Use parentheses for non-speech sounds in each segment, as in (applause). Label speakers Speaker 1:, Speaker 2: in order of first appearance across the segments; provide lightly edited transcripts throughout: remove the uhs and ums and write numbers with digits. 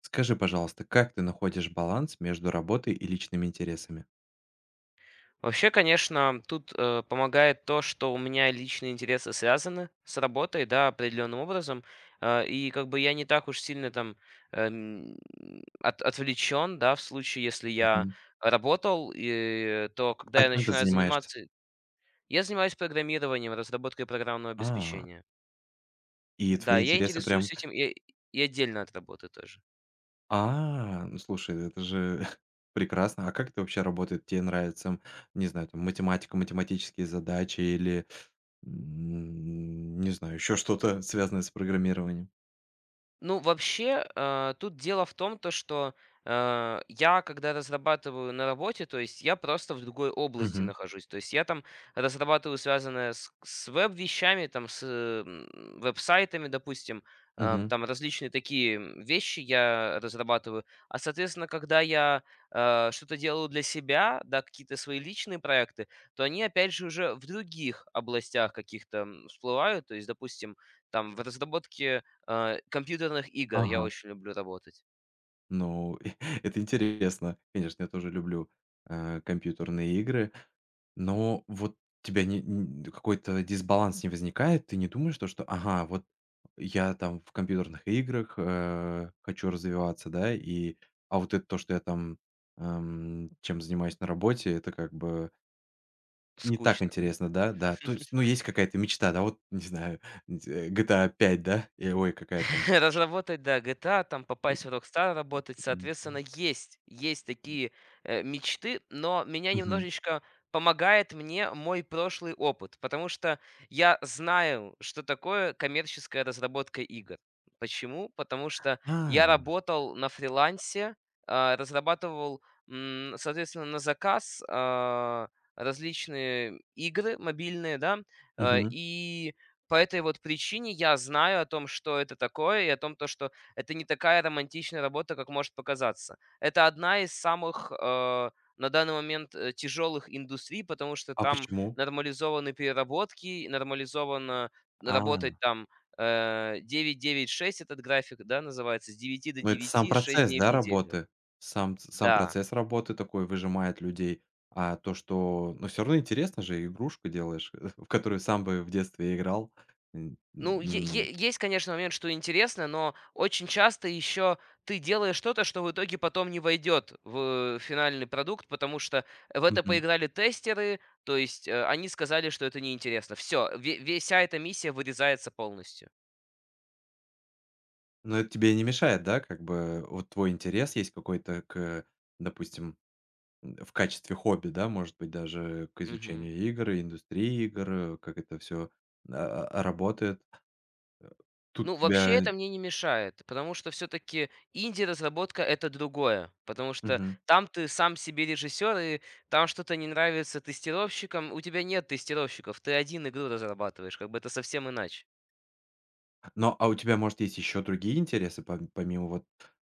Speaker 1: Скажи, пожалуйста, как ты находишь баланс между работой и личными интересами?
Speaker 2: Вообще, конечно, тут помогает то, что у меня личные интересы связаны с работой, да, определенным образом. И как бы я не так уж сильно там эм, отвлечен, да, в случае, если я
Speaker 1: Мгм.
Speaker 2: работал, то когда
Speaker 1: А
Speaker 2: я
Speaker 1: чем ты
Speaker 2: начинаю
Speaker 1: занимаешься?
Speaker 2: заниматься... Я занимаюсь программированием, разработкой программного
Speaker 1: А,
Speaker 2: обеспечения.
Speaker 1: и
Speaker 2: Да,
Speaker 1: твои
Speaker 2: я
Speaker 1: интересы прям.
Speaker 2: интересуюсь этим и отдельно от работы тоже.
Speaker 1: А, ну, слушай, это же (laughs) прекрасно. А как это вообще работает? Тебе нравится, не знаю, там, математика, математические задачи или, не знаю, еще что-то, связанное с программированием?
Speaker 2: Ну, вообще, тут дело в том, то, что я, когда разрабатываю на работе, то есть я просто в другой области
Speaker 1: Угу,
Speaker 2: нахожусь. То есть я там разрабатываю связанное с веб-вещами, там, с веб-сайтами, допустим,
Speaker 1: угу,
Speaker 2: там различные такие вещи я разрабатываю. А, соответственно, когда я что-то делаю для себя, да, какие-то свои личные проекты, то они, опять же, уже в других областях каких-то всплывают. То есть, допустим, там в разработке компьютерных игр я
Speaker 1: ага.
Speaker 2: очень люблю работать.
Speaker 1: Ну, (laughs) это интересно. Конечно, я тоже люблю, компьютерные игры. Но вот тебя не н какой-то дисбаланс не возникает? Ты не думаешь то, что: "Ага, вот я там в компьютерных играх, хочу развиваться, да, и а вот это то, что я там, чем занимаюсь на работе, это как бы не так
Speaker 2: Скучно, да?
Speaker 1: интересно, да, да". То есть, ну, есть какая-то мечта, да, вот, не знаю, GTA 5, да? И ой, какая там.
Speaker 2: (laughs) Разработать, да, GTA, там попасть в Rockstar работать. Соответственно, есть такие мечты, но меня
Speaker 1: Мгм.
Speaker 2: немножечко помогает мне мой прошлый опыт, потому что я знаю, что такое коммерческая разработка игр. Почему? Потому что я
Speaker 1: А,
Speaker 2: работал на фрилансе, разрабатывал, соответственно, на заказ различные игры мобильные, да,
Speaker 1: мгм.
Speaker 2: и по этой вот причине я знаю о том, что это такое, и о том, то, что это не такая романтичная работа, как может показаться. Это одна из самых, на данный момент, тяжелых индустрий, потому что
Speaker 1: А
Speaker 2: там
Speaker 1: почему?
Speaker 2: нормализованы переработки, нормализовано работать
Speaker 1: А,
Speaker 2: там, э, 9 9 6 этот график, да, называется, с девяти до
Speaker 1: ну это сам
Speaker 2: девяти 6
Speaker 1: процесс,
Speaker 2: дней в
Speaker 1: да,
Speaker 2: неделю.
Speaker 1: работы? Сам
Speaker 2: Да.
Speaker 1: процесс работы такой выжимает людей. А то, что ну все равно интересно же, игрушку делаешь, (laughs) в которую сам бы в детстве играл. М,
Speaker 2: Ну, е
Speaker 1: м,
Speaker 2: е есть, конечно, момент, что интересно, но очень часто еще ты делаешь что-то, что в итоге потом не войдет в финальный продукт, потому что в это
Speaker 1: мгм.
Speaker 2: поиграли тестеры, то есть, они сказали, что это неинтересно. Все, вся эта миссия вырезается полностью.
Speaker 1: Но это тебе не мешает, да, как бы вот твой интерес есть какой-то к, допустим, в качестве хобби, да, может быть, даже к
Speaker 2: Мгм.
Speaker 1: изучению игр, индустрии игр, как это все работает.
Speaker 2: Ну,
Speaker 1: Тут
Speaker 2: вообще
Speaker 1: тебя.
Speaker 2: это мне не мешает, потому что все таки инди-разработка- это другое, потому что
Speaker 1: Мгм.
Speaker 2: там ты сам себе режиссер, и там что-то не нравится тестировщикам. У тебя нет тестировщиков, ты 1 игру разрабатываешь, как бы это совсем иначе.
Speaker 1: Но, а у тебя, может, есть еще другие интересы, помимо вот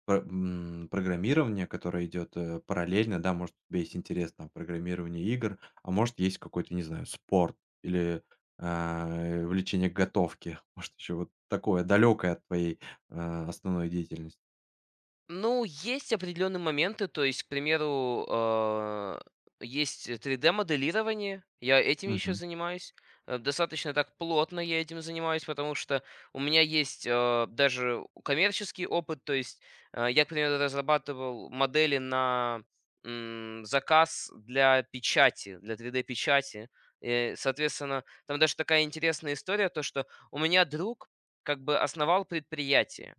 Speaker 1: программирования, которое идет, параллельно, да? Может, у тебя есть интерес там программирование игр, а может, есть какой-то, не знаю, спорт или, влечение к готовке? (laughs) Может, еще вот такое далекое от твоей, основной деятельности?
Speaker 2: Ну, есть определенные моменты, то есть, к примеру, есть 3D-моделирование, я этим еще
Speaker 1: Мгм,
Speaker 2: занимаюсь. Достаточно так плотно я этим занимаюсь, потому что у меня есть даже коммерческий опыт, то есть я, к примеру, разрабатывал модели на заказ для печати, для 3D-печати. Соответственно, там даже такая интересная история, то что у меня друг как бы основал предприятие,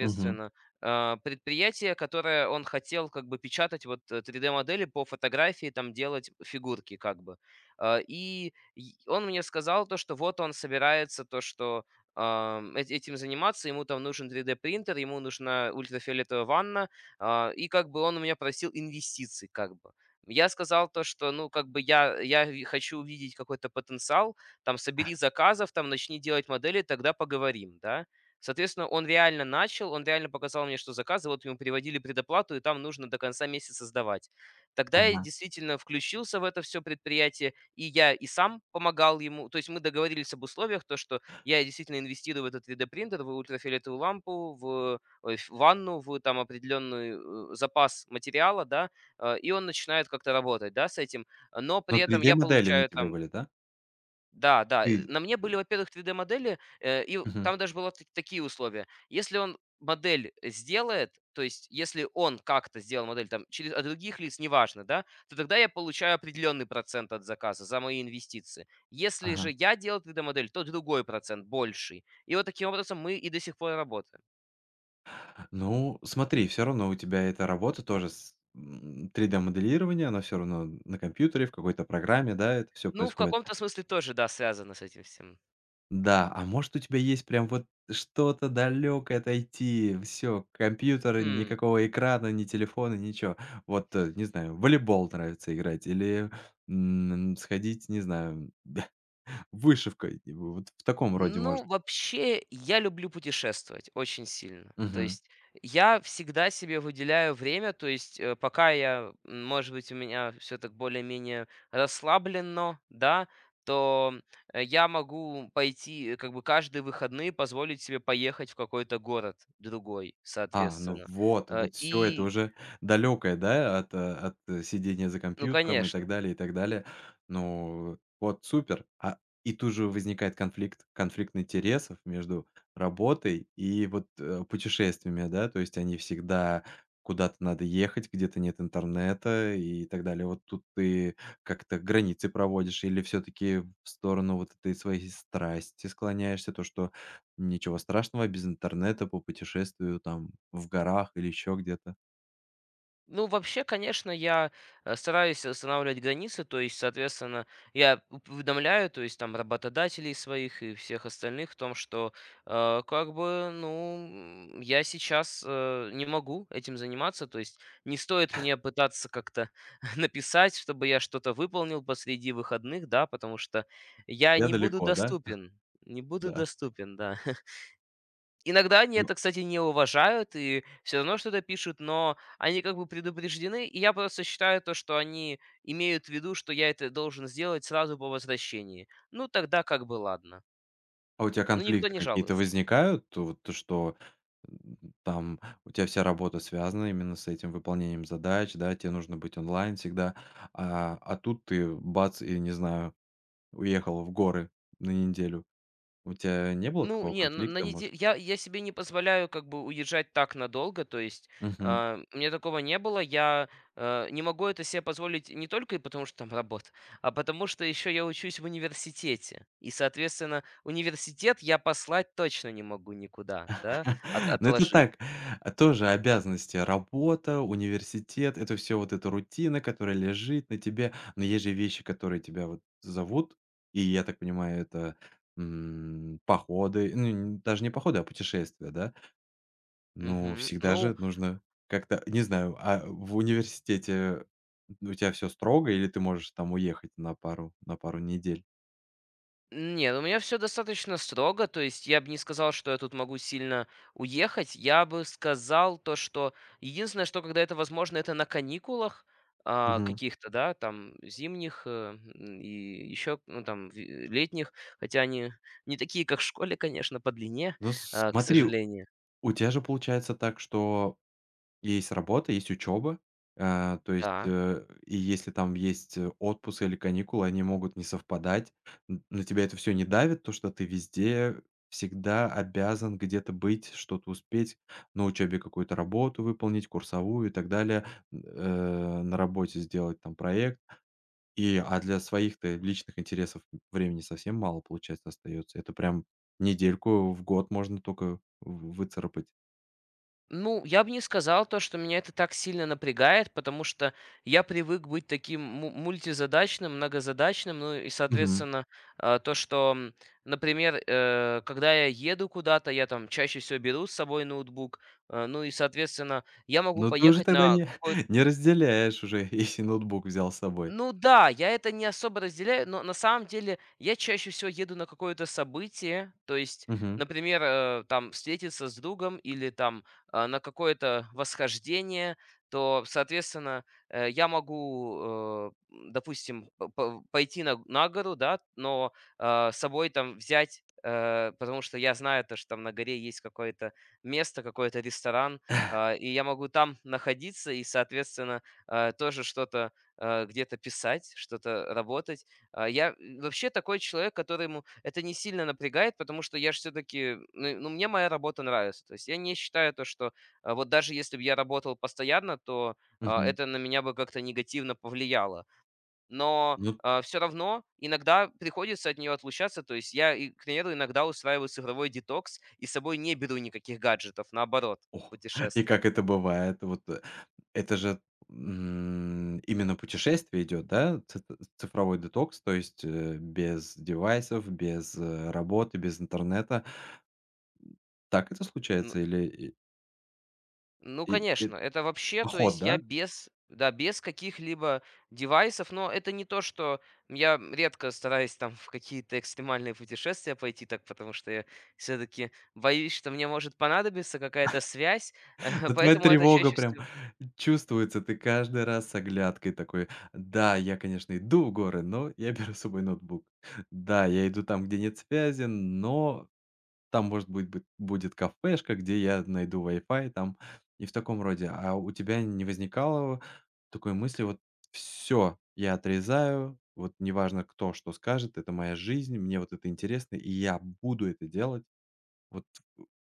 Speaker 1: мгм,
Speaker 2: предприятие, которое он хотел как бы печатать вот 3D-модели по фотографии, там делать фигурки как бы. И он мне сказал то, что вот он собирается то, что этим заниматься, ему там нужен 3D-принтер, ему нужна ультрафиолетовая ванна, и как бы он у меня просил инвестиций как бы. Я сказал то, что, ну, как бы я хочу увидеть какой-то потенциал, там, собери заказов, там, начни делать модели, тогда поговорим, да. Соответственно, он реально начал, он реально показал мне, что заказы, вот ему переводили предоплату, и там нужно до конца месяца сдавать. Тогда я
Speaker 1: ага.
Speaker 2: действительно включился в это все предприятие, и я и сам помогал ему. То есть мы договорились об условиях, то, что я действительно инвестирую в этот 3D-принтер, в ультрафиолетовую лампу, в ванну, в там определенный запас материала, да, и он начинает как-то работать, да, с этим. Но
Speaker 1: Но
Speaker 2: при
Speaker 1: три
Speaker 2: этом
Speaker 1: d
Speaker 2: я
Speaker 1: модели на
Speaker 2: получаю
Speaker 1: тебе
Speaker 2: там
Speaker 1: были, да?
Speaker 2: да, да.
Speaker 1: Ты.
Speaker 2: На мне были, во-первых, 3D-модели, и в
Speaker 1: Мгм,
Speaker 2: там даже было т такие условия. Если он модель сделает, то есть если он как-то сделал модель там через от других лиц, неважно, да, то тогда я получаю определенный процент от заказа за мои инвестиции. Если же
Speaker 1: ага.
Speaker 2: я делал 3D-модель, то другой процент, больший. И вот таким образом мы и до сих пор работаем.
Speaker 1: Ну, смотри, все равно у тебя эта работа тоже с 3D-моделирование, она все равно на компьютере, в какой-то программе, да, это все
Speaker 2: Ну, в
Speaker 1: происходит.
Speaker 2: каком-то смысле тоже, да, связано с этим всем.
Speaker 1: Да, а может, у тебя есть прям вот что-то далекое от IT, все компьютеры,
Speaker 2: Хм.
Speaker 1: никакого экрана, ни телефона, ничего. Вот, не знаю, в волейбол нравится играть или, сходить, не знаю, (laughs) вышивкой, и вот в таком роде,
Speaker 2: Ну,
Speaker 1: может.
Speaker 2: вообще, я люблю путешествовать очень сильно. То есть я всегда себе выделяю время, то есть пока я, может быть, у меня все так более-менее расслаблено, да, то я могу пойти, как бы каждые выходные позволить себе поехать в какой-то город другой,
Speaker 1: А, ну
Speaker 2: соответственно.
Speaker 1: вот,
Speaker 2: Э,
Speaker 1: вот все это
Speaker 2: И,
Speaker 1: уже далекое, да, от сидения за
Speaker 2: ну,
Speaker 1: компьютером и так
Speaker 2: конечно.
Speaker 1: далее, и так далее. Ну, вот супер. А, и тут же возникает конфликт интересов между работой и вот, путешествиями, да, то есть они всегда куда-то надо ехать, где-то нет интернета и так далее. Вот тут ты как-то границы проводишь или все таки в сторону вот этой своей страсти склоняешься, то, что "Ничего страшного, без интернета по попутешествую там в горах или еще где-то".
Speaker 2: Ну, вообще, конечно, я стараюсь устанавливать границы, то есть, соответственно, уведомляю, то есть, там, работодателей своих и всех остальных в том, что, как бы, ну, я сейчас не могу этим заниматься, то есть, не стоит мне пытаться как-то (laughs) написать, чтобы я что-то выполнил посреди выходных, да, потому что я
Speaker 1: Я
Speaker 2: не буду
Speaker 1: далеко, да? (laughs)
Speaker 2: доступен, не буду
Speaker 1: Да.
Speaker 2: доступен, да. (laughs) Иногда они
Speaker 1: Ну,
Speaker 2: это, кстати, не уважают и все равно что-то пишут, но они как бы предупреждены, и я просто считаю то, что они имеют в виду, что я это должен сделать сразу по возвращении. Ну, тогда как бы ладно.
Speaker 1: а у тебя
Speaker 2: Ну, никто
Speaker 1: конфликты
Speaker 2: не
Speaker 1: какие-то
Speaker 2: жалуется.
Speaker 1: возникают? То Вот то, что, там у тебя вся работа связана именно с этим выполнением задач, да, тебе нужно быть онлайн всегда, а тут ты бац и, не знаю, уехал в горы на неделю. У тебя не было
Speaker 2: Ну,
Speaker 1: такого
Speaker 2: не, на
Speaker 1: конфликта,
Speaker 2: неде
Speaker 1: может?
Speaker 2: я себе не позволяю как бы уезжать так надолго, то есть, у меня такого не было. Я, не могу это себе позволить не только и потому, что там работа, а потому что еще я учусь в университете. И, соответственно, университет я послать точно не могу никуда, да,
Speaker 1: (laughs)
Speaker 2: от
Speaker 1: Ну, это
Speaker 2: отложить.
Speaker 1: так, тоже обязанности: работа, университет, это все вот эта рутина, которая лежит на тебе. Но есть же вещи, которые тебя вот зовут. И, я так понимаю, это, походы, ну, н даже не походы, а путешествия, да? Ну,
Speaker 2: Мгм.
Speaker 1: всегда
Speaker 2: Ну
Speaker 1: же нужно как-то, не знаю, а в университете у тебя все строго или ты можешь там уехать на пару недель?
Speaker 2: Нет, у меня все достаточно строго. То есть я бы не сказал, что я тут могу сильно уехать. Я бы сказал то, что единственное, что когда это возможно, это на каникулах,
Speaker 1: Мгм.
Speaker 2: каких-то, да, там зимних, и еще, ну, там, в летних, хотя они не такие, как в школе, конечно, по длине,
Speaker 1: Ну,
Speaker 2: к
Speaker 1: смотри,
Speaker 2: сожалению.
Speaker 1: у тебя же получается так, что есть работа, есть учеба. То есть,
Speaker 2: Да.
Speaker 1: и если там есть, отпуск или каникулы, они могут не совпадать. Н на тебя это все не давит, то, что ты везде всегда обязан где-то быть, что-то успеть, на учебе какую-то работу выполнить, курсовую и так далее, на работе сделать там проект. И, а для своих-то личных интересов времени совсем мало, получается, остается. Это прям недельку в год можно только в выцарапать.
Speaker 2: Ну, я бы не сказал то, что меня это так сильно напрягает, потому что я привык быть таким мультизадачным, многозадачным, ну и, соответственно, то, что, например, когда я еду куда-то, я там чаще всего беру с собой ноутбук, ну и, соответственно, я могу
Speaker 1: Ну, ты уже
Speaker 2: поехать
Speaker 1: тогда
Speaker 2: на
Speaker 1: не
Speaker 2: какое-то
Speaker 1: (laughs) не разделяешь уже, (laughs) если ноутбук взял с собой.
Speaker 2: ну да, я это не особо разделяю, но на самом деле я чаще всего еду на какое-то событие, то есть,
Speaker 1: Мгм,
Speaker 2: например, там встретиться с другом или там на какое-то восхождение, то, соответственно, я могу, допустим, пойти на гору, да, но с собой там взять потому что я знаю то, что там на горе есть какое-то место, какой-то ресторан, и я могу там находиться и, соответственно, тоже что-то где-то писать, что-то работать. Я вообще такой человек, которому это не сильно напрягает, потому что я же все-таки, ну, мне моя работа нравится. То есть я не считаю то, что вот даже если бы я работал постоянно, то
Speaker 1: мгм.
Speaker 2: это на меня бы как-то негативно повлияло. Но
Speaker 1: Ну,
Speaker 2: все равно иногда приходится от нее отлучаться. То есть я, и, к примеру, иногда устраиваю цифровой детокс и с собой не беру никаких гаджетов, наоборот,
Speaker 1: ох, (laughs) и
Speaker 2: путешествие.
Speaker 1: как это бывает? Вот, это же, именно путешествие идет, да? Ци цифровой детокс, то есть, без девайсов, без, работы, без интернета. Так это случается или и
Speaker 2: Ну,
Speaker 1: и и
Speaker 2: конечно, это вообще, то
Speaker 1: поход,
Speaker 2: есть я
Speaker 1: да?
Speaker 2: без, да, без каких-либо девайсов, но это не то, что я редко стараюсь там в какие-то экстремальные путешествия пойти, так потому что я все-таки боюсь, что мне может понадобиться какая-то связь, (laughs)
Speaker 1: Ну, твоя
Speaker 2: поэтому это
Speaker 1: тревога
Speaker 2: чаще
Speaker 1: прям
Speaker 2: всего.
Speaker 1: чувствуется. Ты каждый раз с оглядкой такой: "Да, я, конечно, иду в горы, но я беру с собой ноутбук. Да, я иду там, где нет связи, но там, может быть, бы будет кафешка, где я найду Wi-Fi там". И в таком роде. А у тебя не возникало такой мысли: "Вот все я отрезаю, вот неважно, кто что скажет, это моя жизнь, мне вот это интересно, и я буду это делать"? Вот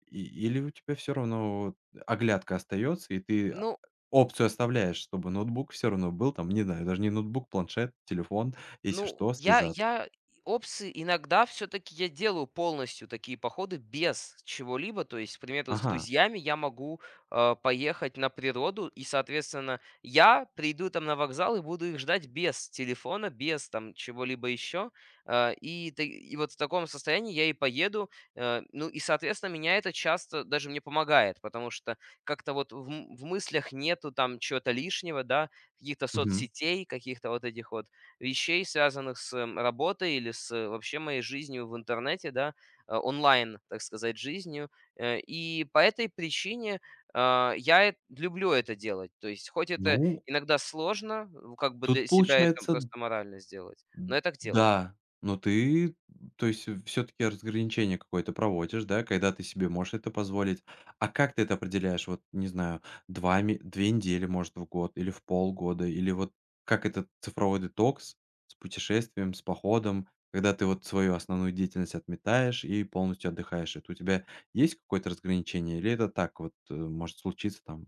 Speaker 1: или у тебя все равно вот оглядка остается, и ты
Speaker 2: Ну,
Speaker 1: опцию оставляешь, чтобы ноутбук все равно был там, не знаю, даже не ноутбук, планшет, телефон, если
Speaker 2: Ну,
Speaker 1: что,
Speaker 2: я
Speaker 1: связаться.
Speaker 2: я опсы иногда все таки я делаю полностью такие походы без чего-либо. То есть, к примеру, с
Speaker 1: Ага.
Speaker 2: друзьями я могу, поехать на природу, и, соответственно, я приду там на вокзал и буду их ждать без телефона, без там чего-либо еще. И ты и вот в таком состоянии я и поеду. Ну и, соответственно, меня это часто даже мне помогает, потому что как-то вот в мыслях нету там чего-то лишнего, да, каких-то
Speaker 1: Мгм.
Speaker 2: соцсетей, каких-то вот этих вот вещей, связанных с работой или с вообще моей жизнью в интернете, да, онлайн, так сказать, жизнью. И по этой причине я люблю это делать. То есть, хоть это
Speaker 1: Ну,
Speaker 2: иногда сложно, ну, как бы
Speaker 1: тут
Speaker 2: для себя это
Speaker 1: получается.
Speaker 2: просто морально сделать, но я так делаю.
Speaker 1: Да, но ты, то есть, все таки разграничение какое-то проводишь, да, когда ты себе можешь это позволить. А как ты это определяешь? Вот, не знаю, 2 недели, может, в год или в полгода, или вот как этот цифровой детокс с путешествием, с походом, когда ты вот свою основную деятельность отметаешь и полностью отдыхаешь? Это у тебя есть какое-то разграничение или это так вот, может случиться там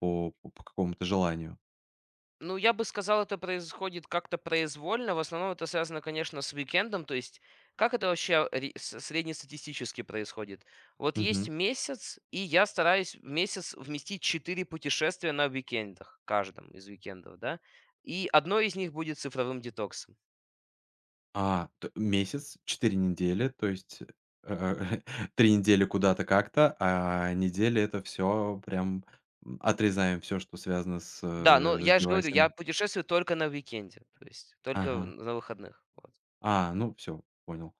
Speaker 1: по какому-то желанию?
Speaker 2: Ну, я бы сказал, это происходит как-то произвольно. В основном это связано, конечно, с уикендом. То есть, как это вообще среднестатистически происходит? Вот есть месяц, и я стараюсь в месяц вместить 4 путешествия на уикендах, каждом из уикендов, да? И одно из них будет цифровым детоксом.
Speaker 1: А, т месяц, 4 недели, то есть, (laughs) э, недели куда-то как-то, а недели — это все прям, отрезаем все, что связано с,
Speaker 2: Да, но
Speaker 1: э, с
Speaker 2: я же говорю, я
Speaker 1: девайсами.
Speaker 2: путешествую только на уикенде, то есть только
Speaker 1: Ага.
Speaker 2: на выходных. Вот.
Speaker 1: А, ну все понял.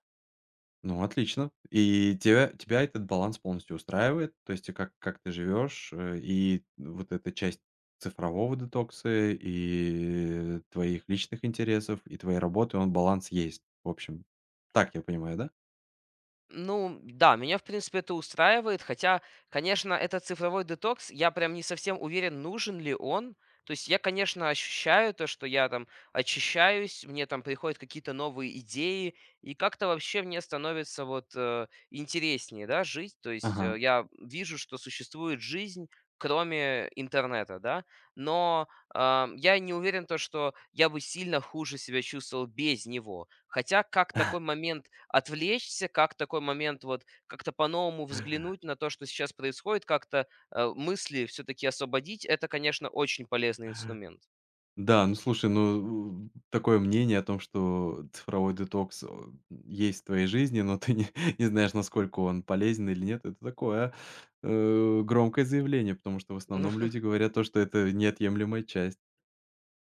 Speaker 1: Ну, отлично. И тебя этот баланс полностью устраивает? То есть и как ты живешь, и вот эта часть цифрового детокса, и твоих личных интересов, и твоей работы, он баланс есть, в общем. Так я понимаю, да?
Speaker 2: Ну да, меня, в принципе, это устраивает, хотя, конечно, этот цифровой детокс, я прям не совсем уверен, нужен ли он. То есть я, конечно, ощущаю то, что я там очищаюсь, мне там приходят какие-то новые идеи, и как-то вообще мне становится вот интереснее, да, жить. То есть
Speaker 1: Ага.
Speaker 2: я вижу, что существует жизнь, кроме интернета, да, но я не уверен, то, что я бы сильно хуже себя чувствовал без него. Хотя как такой момент отвлечься, как такой момент вот как-то по-новому взглянуть на то, что сейчас происходит, как-то мысли все-таки освободить, это, конечно, очень полезный инструмент. (laughs)
Speaker 1: Да, ну слушай, ну, такое мнение о том, что цифровой детокс, есть в твоей жизни, но ты не (laughs) не знаешь, насколько он полезен или нет. Это такое, громкое заявление, потому что в
Speaker 2: Ну,
Speaker 1: основном люди говорят то, что это неотъемлемая часть.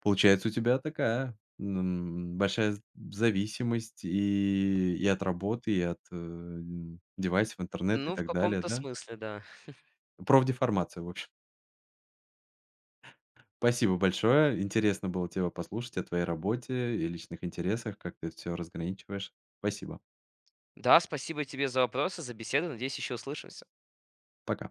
Speaker 1: Получается, у тебя такая, большая з зависимость и от работы, и от, девайсов, интернета и
Speaker 2: ну, в
Speaker 1: так далее,
Speaker 2: каком-то
Speaker 1: да?
Speaker 2: смысле, да.
Speaker 1: Профдеформация, в общем. Спасибо большое. Интересно было тебя послушать о твоей работе и личных интересах, как ты все разграничиваешь. Спасибо.
Speaker 2: Да, спасибо тебе за вопросы, за беседу. Надеюсь, еще услышимся.
Speaker 1: Пока.